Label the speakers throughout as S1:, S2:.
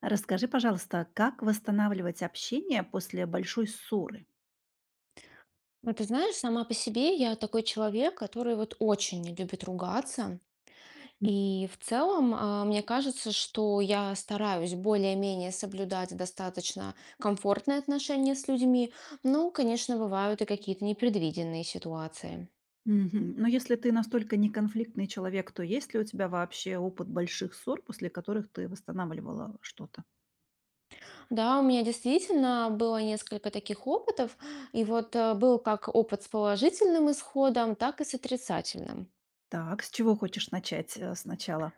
S1: Расскажи, пожалуйста, как восстанавливать общение после большой ссоры?
S2: Ну, ты знаешь, сама по себе я такой человек, который вот очень не любит ругаться. И в целом, мне кажется, что я стараюсь более-менее соблюдать достаточно комфортные отношения с людьми. Но, конечно, бывают и какие-то непредвиденные ситуации.
S1: Мгм. Но если ты настолько неконфликтный человек, то есть ли у тебя вообще опыт больших ссор, после которых ты восстанавливала что-то?
S2: Да, у меня действительно было несколько таких опытов. И вот был как опыт с положительным исходом, так и с отрицательным.
S1: Так, с чего хочешь начать сначала?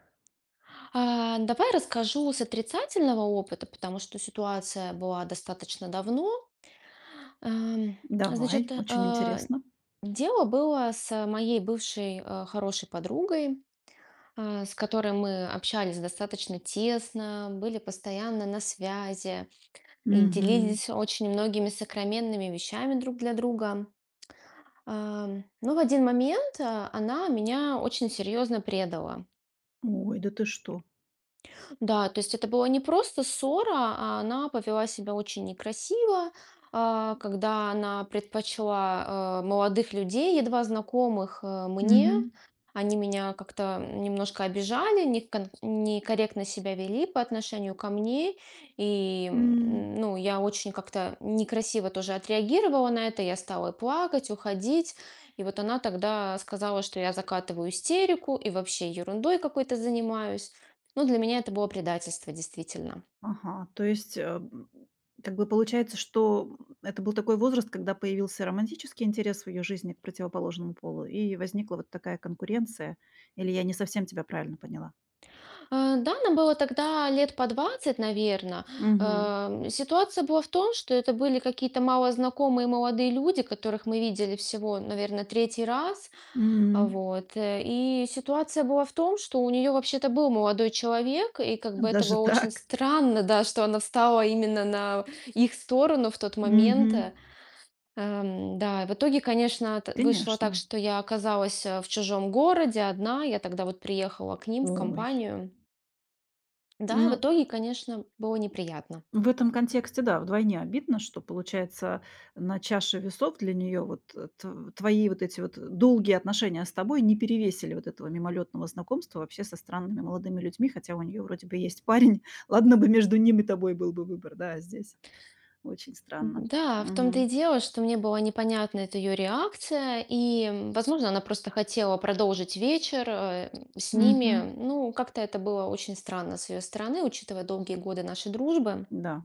S2: Давай расскажу с отрицательного опыта, потому что ситуация была достаточно давно. Ам,
S1: Давай,
S2: Значит,
S1: очень интересно.
S2: дело было с моей бывшей хорошей подругой, с которой мы общались достаточно тесно, были постоянно на связи и
S1: Мгм.
S2: делились очень многими сокровенными вещами друг для друга. Но в один момент она меня очень серьезно предала.
S1: Ой, да ты что?
S2: Да, то есть это была не просто ссора, а она повела себя очень некрасиво, когда она предпочла молодых людей, едва знакомых мне.
S1: Мгм.
S2: Они меня как-то немножко обижали, некорректно себя вели по отношению ко мне. И ну, я очень как-то некрасиво тоже отреагировала на это. Я стала плакать, уходить. И вот она тогда сказала, что я закатываю истерику и вообще ерундой какой-то занимаюсь. Ну, для меня это было предательство, действительно.
S1: Ага, то есть, как бы получается, что это был такой возраст, когда появился романтический интерес в ее жизни к противоположному полу, и возникла вот такая конкуренция. Или я не совсем тебя правильно поняла?
S2: Да, нам было тогда лет по 20, наверное.
S1: Мгм.
S2: Ситуация была в том, что это были какие-то малознакомые молодые люди, которых мы видели всего, наверное, третий раз.
S1: М,
S2: Вот, и ситуация была в том, что у нее вообще-то был молодой человек, и как бы это
S1: даже
S2: было очень
S1: так?
S2: странно, да, что она встала именно на их сторону в тот
S1: Мгм.
S2: момент. Да, и в итоге, конечно, вышло так,
S1: Конечно.
S2: что я оказалась в чужом городе одна. Я тогда вот приехала к ним в
S1: Ой.
S2: компанию. Да, в
S1: Ну,
S2: итоге, конечно, было неприятно.
S1: в этом контексте, да, вдвойне обидно, что, получается, на чаше весов для нее вот, э, тв твои вот эти вот долгие отношения с тобой не перевесили вот этого мимолетного знакомства вообще со странными молодыми людьми, хотя у нее вроде бы есть парень. Ладно бы между ним и тобой был бы выбор, да, а здесь очень странно.
S2: Да, в том-то
S1: Мгм.
S2: и дело, что мне была непонятна эта ее реакция, и, возможно, она просто хотела продолжить вечер с
S1: Мгм.
S2: ними. Ну, как-то это было очень странно с ее стороны, учитывая долгие годы нашей дружбы.
S1: Да.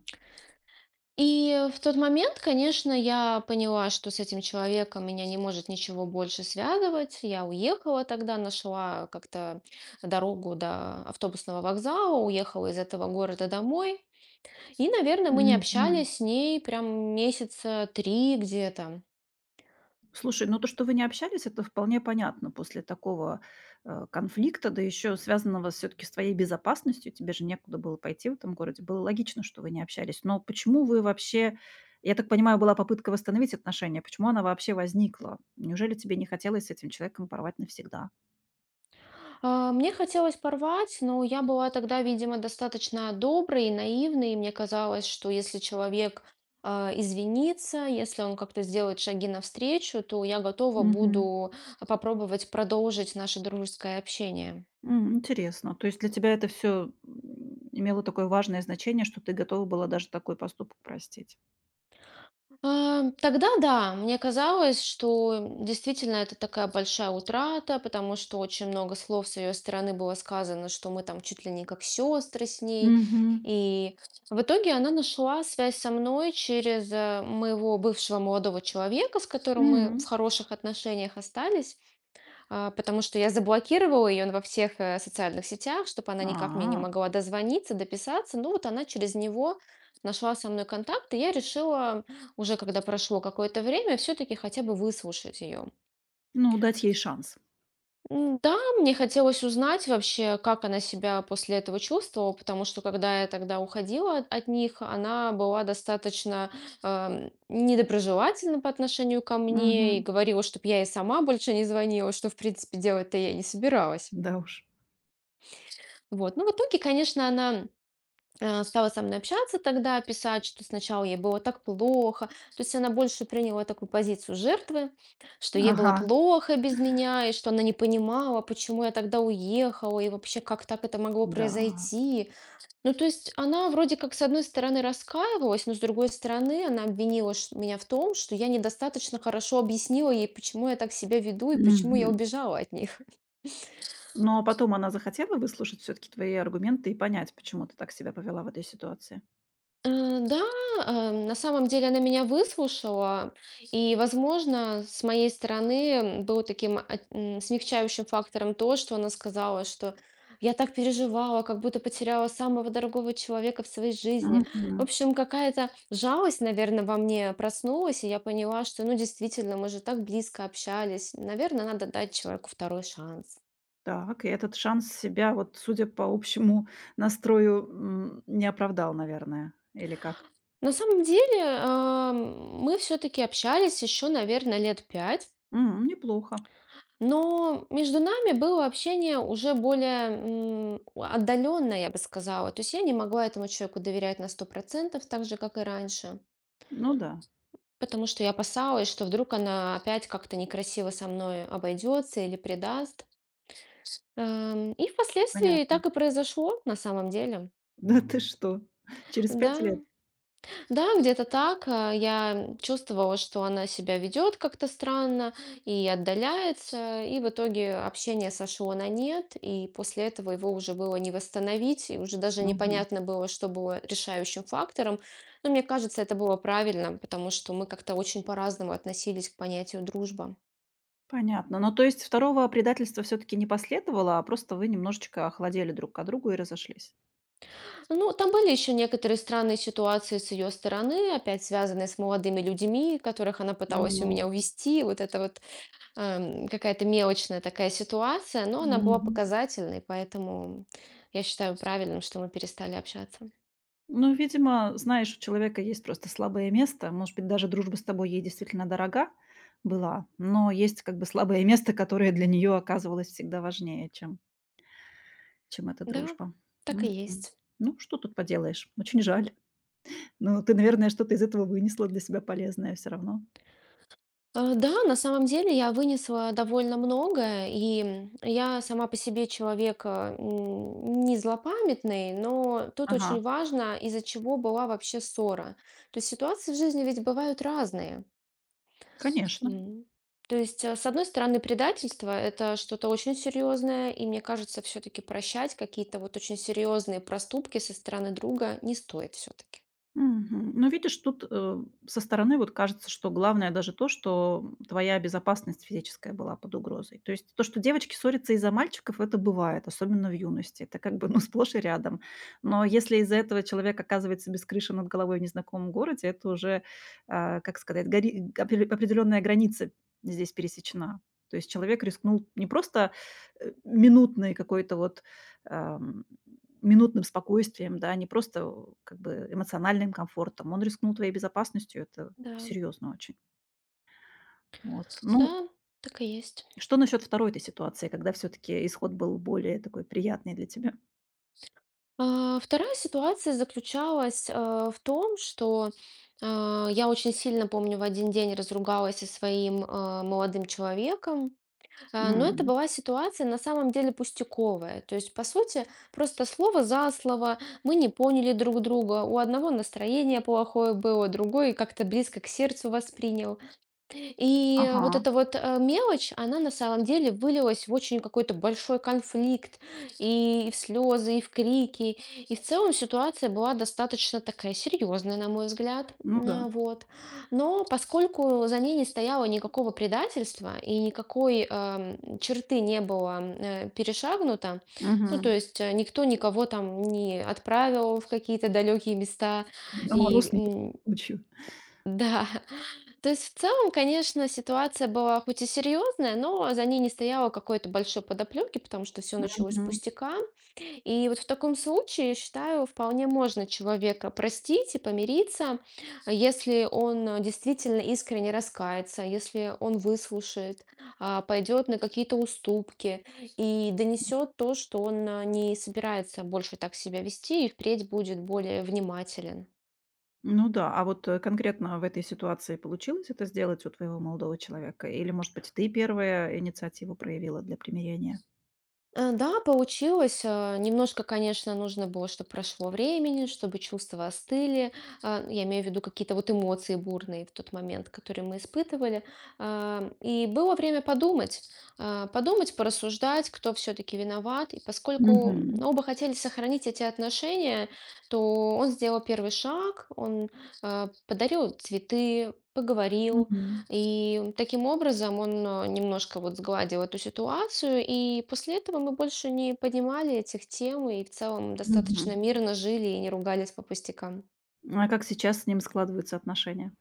S2: И в тот момент, конечно, я поняла, что с этим человеком меня не может ничего больше связывать. Я уехала тогда, нашла как-то дорогу до автобусного вокзала, уехала из этого города домой. И, наверное, мы не
S1: Мгм.
S2: общались с ней прям месяца три где-то.
S1: Слушай, ну то, что вы не общались, это вполне понятно после такого, конфликта, да еще связанного все таки с твоей безопасностью. Тебе же некуда было пойти в этом городе. Было логично, что вы не общались. Но почему вы вообще Я так понимаю, была попытка восстановить отношения. Почему она вообще возникла? Неужели тебе не хотелось с этим человеком порвать навсегда?
S2: Мне хотелось порвать, но я была тогда, видимо, достаточно доброй и наивной, и мне казалось, что если человек извинится, если он как-то сделает шаги навстречу, то я готова
S1: Мгм.
S2: буду попробовать продолжить наше дружеское общение.
S1: М, интересно. То есть для тебя это все имело такое важное значение, что ты готова была даже такой поступок простить?
S2: Тогда да, мне казалось, что действительно это такая большая утрата, потому что очень много слов с ее стороны было сказано, что мы там чуть ли не как сестры с ней.
S1: Мгм.
S2: И в итоге она нашла связь со мной через моего бывшего молодого человека, с которым мы в хороших отношениях остались. Потому что я заблокировала ее во всех, социальных сетях, чтобы она никак мне не
S1: А.
S2: могла дозвониться, дописаться. Ну, вот она через него нашла со мной контакт, и я решила, уже когда прошло какое-то время, все таки хотя бы выслушать ее.
S1: Ну, дать ей шанс.
S2: Да, мне хотелось узнать вообще, как она себя после этого чувствовала, потому что когда я тогда уходила от них, она была достаточно, недоброжелательна по отношению ко мне и
S1: Мгм.
S2: говорила, чтобы я ей сама больше не звонила, что, в принципе, делать-то я не собиралась.
S1: Да уж.
S2: Вот. Ну, в итоге, конечно, она, стала со мной общаться тогда, писать, что сначала ей было так плохо. То есть она больше приняла такую позицию жертвы, что ей было
S1: Ага.
S2: плохо без меня, и что она не понимала, почему я тогда уехала, и вообще, как так это могло
S1: Да.
S2: произойти. Ну, то есть она вроде как, с одной стороны, раскаивалась, но с другой стороны, она обвинила меня в том, что я недостаточно хорошо объяснила ей, почему я так себя веду и почему я
S1: Мгм.
S2: убежала от них.
S1: Ну, а потом она захотела выслушать все таки твои аргументы и понять, почему ты так себя повела в этой ситуации?
S2: Да, на самом деле она меня выслушала, и, возможно, с моей стороны было таким смягчающим фактором то, что она сказала, что я так переживала, как будто потеряла самого дорогого человека в своей жизни. В
S1: Мгм.
S2: общем, какая-то жалость, наверное, во мне проснулась, и я поняла, что, ну, действительно, мы же так близко общались. Наверное, надо дать человеку второй шанс.
S1: Так, и этот шанс себя, вот, судя по общему настрою, м, не оправдал, наверное, или как?
S2: На самом деле, мы все-таки общались еще, наверное, лет пять.
S1: М, неплохо.
S2: Но между нами было общение уже более отдаленное, я бы сказала. То есть я не могла этому человеку доверять на 100% так же, как и раньше.
S1: Ну да,
S2: Потому что я опасалась, что вдруг она опять как-то некрасиво со мной обойдется или предаст. И впоследствии
S1: понятно.
S2: так и произошло на самом деле.
S1: Да ты что? Через 5
S2: Да,
S1: лет?
S2: да, где-то так. Я чувствовала, что она себя ведет как-то странно и отдаляется, и в итоге общение сошло на нет, и после этого его уже было не восстановить, и уже даже
S1: Мгм.
S2: непонятно было, что было решающим фактором. Но мне кажется, это было правильно, потому что мы как-то очень по-разному относились к понятию дружба.
S1: Понятно. Ну, то есть второго предательства все таки не последовало, а просто вы немножечко охладели друг к другу и разошлись?
S2: Ну, там были еще некоторые странные ситуации с ее стороны, опять связанные с молодыми людьми, которых она пыталась у
S1: М.
S2: меня увести. Вот это вот какая-то мелочная такая ситуация, но она была
S1: Мгм.
S2: показательной, поэтому я считаю правильным, что мы перестали общаться.
S1: Ну, видимо, знаешь, у человека есть просто слабое место. Может быть, даже дружба с тобой ей действительно дорога была, но есть как бы слабое место, которое для нее оказывалось всегда важнее, чем эта
S2: Да,
S1: дружба.
S2: так и
S1: Мгм.
S2: есть.
S1: Ну, что тут поделаешь? Очень жаль. Но ты, наверное, что-то из этого вынесла для себя полезное все равно.
S2: Да, на самом деле я вынесла довольно много, и я сама по себе человек не злопамятный, но тут
S1: Ага,
S2: очень важно, из-за чего была вообще ссора. То есть ситуации в жизни ведь бывают разные.
S1: конечно.
S2: М. То есть, с одной стороны, предательство — это что-то очень серьезное, и мне кажется, все-таки прощать какие-то вот очень серьезные проступки со стороны друга не стоит все-таки.
S1: Мгм. Ну, видишь, тут, со стороны вот кажется, что главное даже то, что твоя безопасность физическая была под угрозой. То есть то, что девочки ссорятся из-за мальчиков, это бывает, особенно в юности. Это как бы, ну, сплошь и рядом. Но если из-за этого человек оказывается без крыши над головой в незнакомом городе, это уже, как сказать, гори опре определенная граница здесь пересечена. То есть человек рискнул не просто, э, минутной какой-то вот ам, минутным спокойствием, да, не просто как бы эмоциональным комфортом. Он рискнул твоей безопасностью, это
S2: Да,
S1: серьезно очень. Вот. Ну,
S2: да, так и есть.
S1: что насчет второй этой ситуации, когда все-таки исход был более такой приятный для тебя?
S2: Вторая ситуация заключалась в том, что я очень сильно помню, в один день разругалась со своим молодым человеком. Но это
S1: М,
S2: была ситуация на самом деле пустяковая. То есть, по сути, просто слово за слово, мы не поняли друг друга, у одного настроение плохое было, другой как-то близко к сердцу воспринял. И
S1: ага,
S2: вот эта вот мелочь, она на самом деле вылилась в очень какой-то большой конфликт, и в слезы, и в крики. И в целом ситуация была достаточно такая серьезная, на мой взгляд.
S1: ну да.
S2: Вот. Но поскольку за ней не стояло никакого предательства и никакой черты не было перешагнуто, ну то
S1: Мгм.
S2: есть никто никого там не отправил в какие-то далекие места,
S1: На мороз
S2: и
S1: не ночью.
S2: да, то есть в целом, конечно, ситуация была хоть и серьезная, но за ней не стояло какой-то большой подоплеки, потому что все началось с
S1: Мгм.
S2: пустяка. И вот в таком случае, я считаю, вполне можно человека простить и помириться, если он действительно искренне раскается, если он выслушает, пойдет на какие-то уступки и донесет то, что он не собирается больше так себя вести и впредь будет более внимателен.
S1: Ну да, а вот конкретно в этой ситуации получилось это сделать у твоего молодого человека? Или, может быть, ты первая инициативу проявила для примирения?
S2: Да, получилось. Немножко, конечно, нужно было, чтобы прошло времени, чтобы чувства остыли. Я имею в виду какие-то вот эмоции бурные в тот момент, которые мы испытывали. И было время подумать, порассуждать, кто все-таки виноват. И поскольку
S1: Мгм.
S2: оба хотели сохранить эти отношения, то он сделал первый шаг, он подарил цветы, поговорил,
S1: Мгм.
S2: и таким образом он немножко вот сгладил эту ситуацию, и после этого мы больше не поднимали этих тем и в целом
S1: Мгм.
S2: достаточно мирно жили и не ругались по пустякам.
S1: А как сейчас с ним складываются отношения?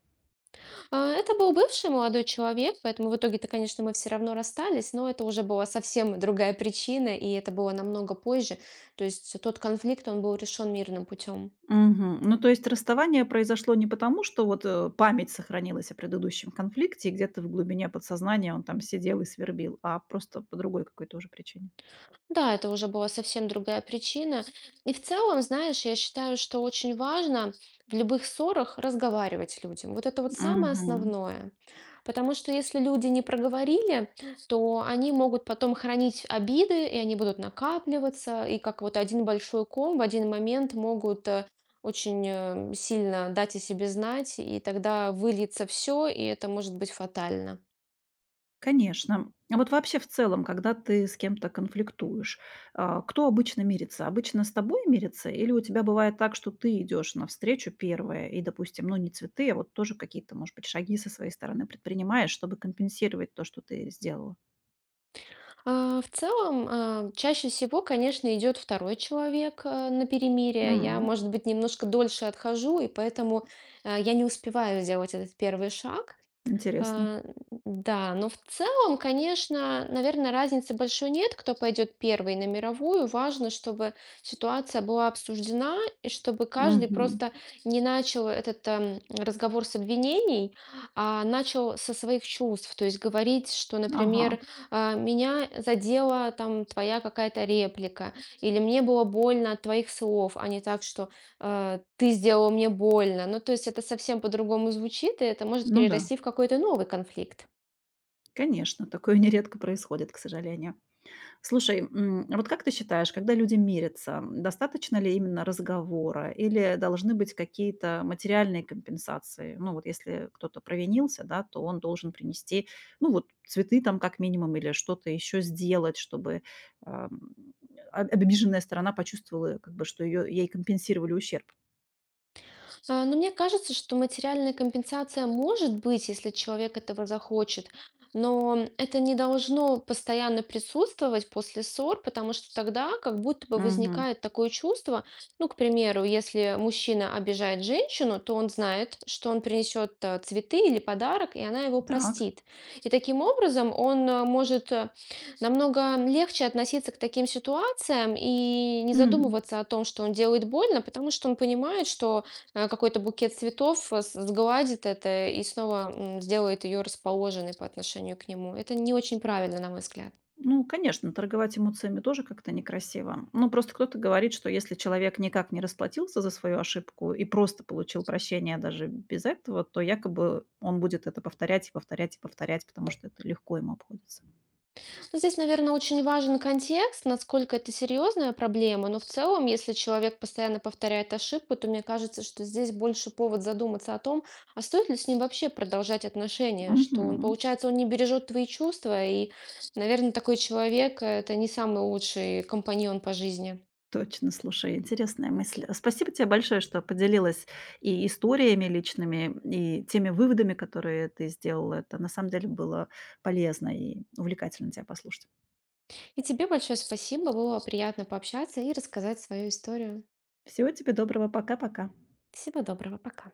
S2: Это был бывший молодой человек, поэтому в итоге-то, конечно, мы все равно расстались, но это уже была совсем другая причина, и это было намного позже. То есть тот конфликт, он был решен мирным путем.
S1: Мгм. Ну, то есть расставание произошло не потому, что вот, память сохранилась о предыдущем конфликте, и где-то в глубине подсознания он там сидел и свербил, а просто по другой какой-то уже причине.
S2: Да, это уже была совсем другая причина. И в целом, знаешь, я считаю, что очень важно в любых ссорах разговаривать с людям. Вот это вот самое
S1: Мгм.
S2: основное. Потому что если люди не проговорили, то они могут потом хранить обиды, и они будут накапливаться, и как вот один большой ком в один момент могут очень сильно дать о себе знать, и тогда выльется все, и это может быть фатально.
S1: Конечно. А вот вообще в целом, когда ты с кем-то конфликтуешь, кто обычно мирится? Обычно с тобой мирится или у тебя бывает так, что ты идешь навстречу первая и, допустим, ну, не цветы, а вот тоже какие-то, может быть, шаги со своей стороны предпринимаешь, чтобы компенсировать то, что ты сделала?
S2: В целом, чаще всего, конечно, идет второй человек на перемирие. Я,
S1: М,
S2: может быть, немножко дольше отхожу, и поэтому я не успеваю сделать этот первый шаг.
S1: интересно.
S2: А, да, но в целом, конечно, наверное, разницы большой нет, кто пойдет первый на мировую. Важно, чтобы ситуация была обсуждена и чтобы каждый
S1: Мгм.
S2: просто не начал этот разговор с обвинений, а начал со своих чувств. То есть говорить, что,
S1: Ага.
S2: например, меня задела там твоя какая-то реплика, или мне было больно от твоих слов, а не так, что ты сделал мне больно. Ну, то есть это совсем по-другому звучит, и это может
S1: Ну да,
S2: перерасти в какой-то новый конфликт.
S1: конечно, такое нередко происходит, к сожалению. Слушай, м, вот как ты считаешь, когда люди мирятся, м, достаточно ли именно разговора или должны быть какие-то материальные компенсации? Ну вот если кто-то провинился, да, то он должен принести, ну вот цветы там как минимум или что-то еще сделать, чтобы ам, обиженная сторона почувствовала, как бы, что ее, ей компенсировали ущерб.
S2: Но мне кажется, что материальная компенсация может быть, если человек этого захочет, но это не должно постоянно присутствовать после ссор, потому что тогда как будто бы
S1: Мгм.
S2: возникает такое чувство, ну, к примеру, если мужчина обижает женщину, то он знает, что он принесет цветы или подарок, и она его
S1: Так.
S2: простит. И таким образом он может намного легче относиться к таким ситуациям и не
S1: М.
S2: задумываться о том, что он делает больно, потому что он понимает, что какой-то букет цветов сгладит это и снова сделает ее расположенной по отношению к нему. Это не очень правильно, на мой взгляд.
S1: Ну, конечно, торговать эмоциями тоже как-то некрасиво. Ну, просто кто-то говорит, что если человек никак не расплатился за свою ошибку и просто получил прощение даже без этого, то якобы он будет это повторять и повторять и повторять, потому что это легко ему обходится.
S2: Но здесь, наверное, очень важен контекст, насколько это серьезная проблема, но в целом, если человек постоянно повторяет ошибку, то мне кажется, что здесь больше повод задуматься о том, а стоит ли с ним вообще продолжать отношения, что он,
S1: Мгм.
S2: получается, он не бережет твои чувства, и, наверное, такой человек — это не самый лучший компаньон по жизни.
S1: Точно, слушай, интересная мысль. Спасибо тебе большое, что поделилась и историями личными, и теми выводами, которые ты сделала. Это на самом деле было полезно и увлекательно тебя послушать.
S2: И тебе большое спасибо, было приятно пообщаться и рассказать свою историю.
S1: Всего тебе доброго, пока-пока.
S2: Всего доброго, пока.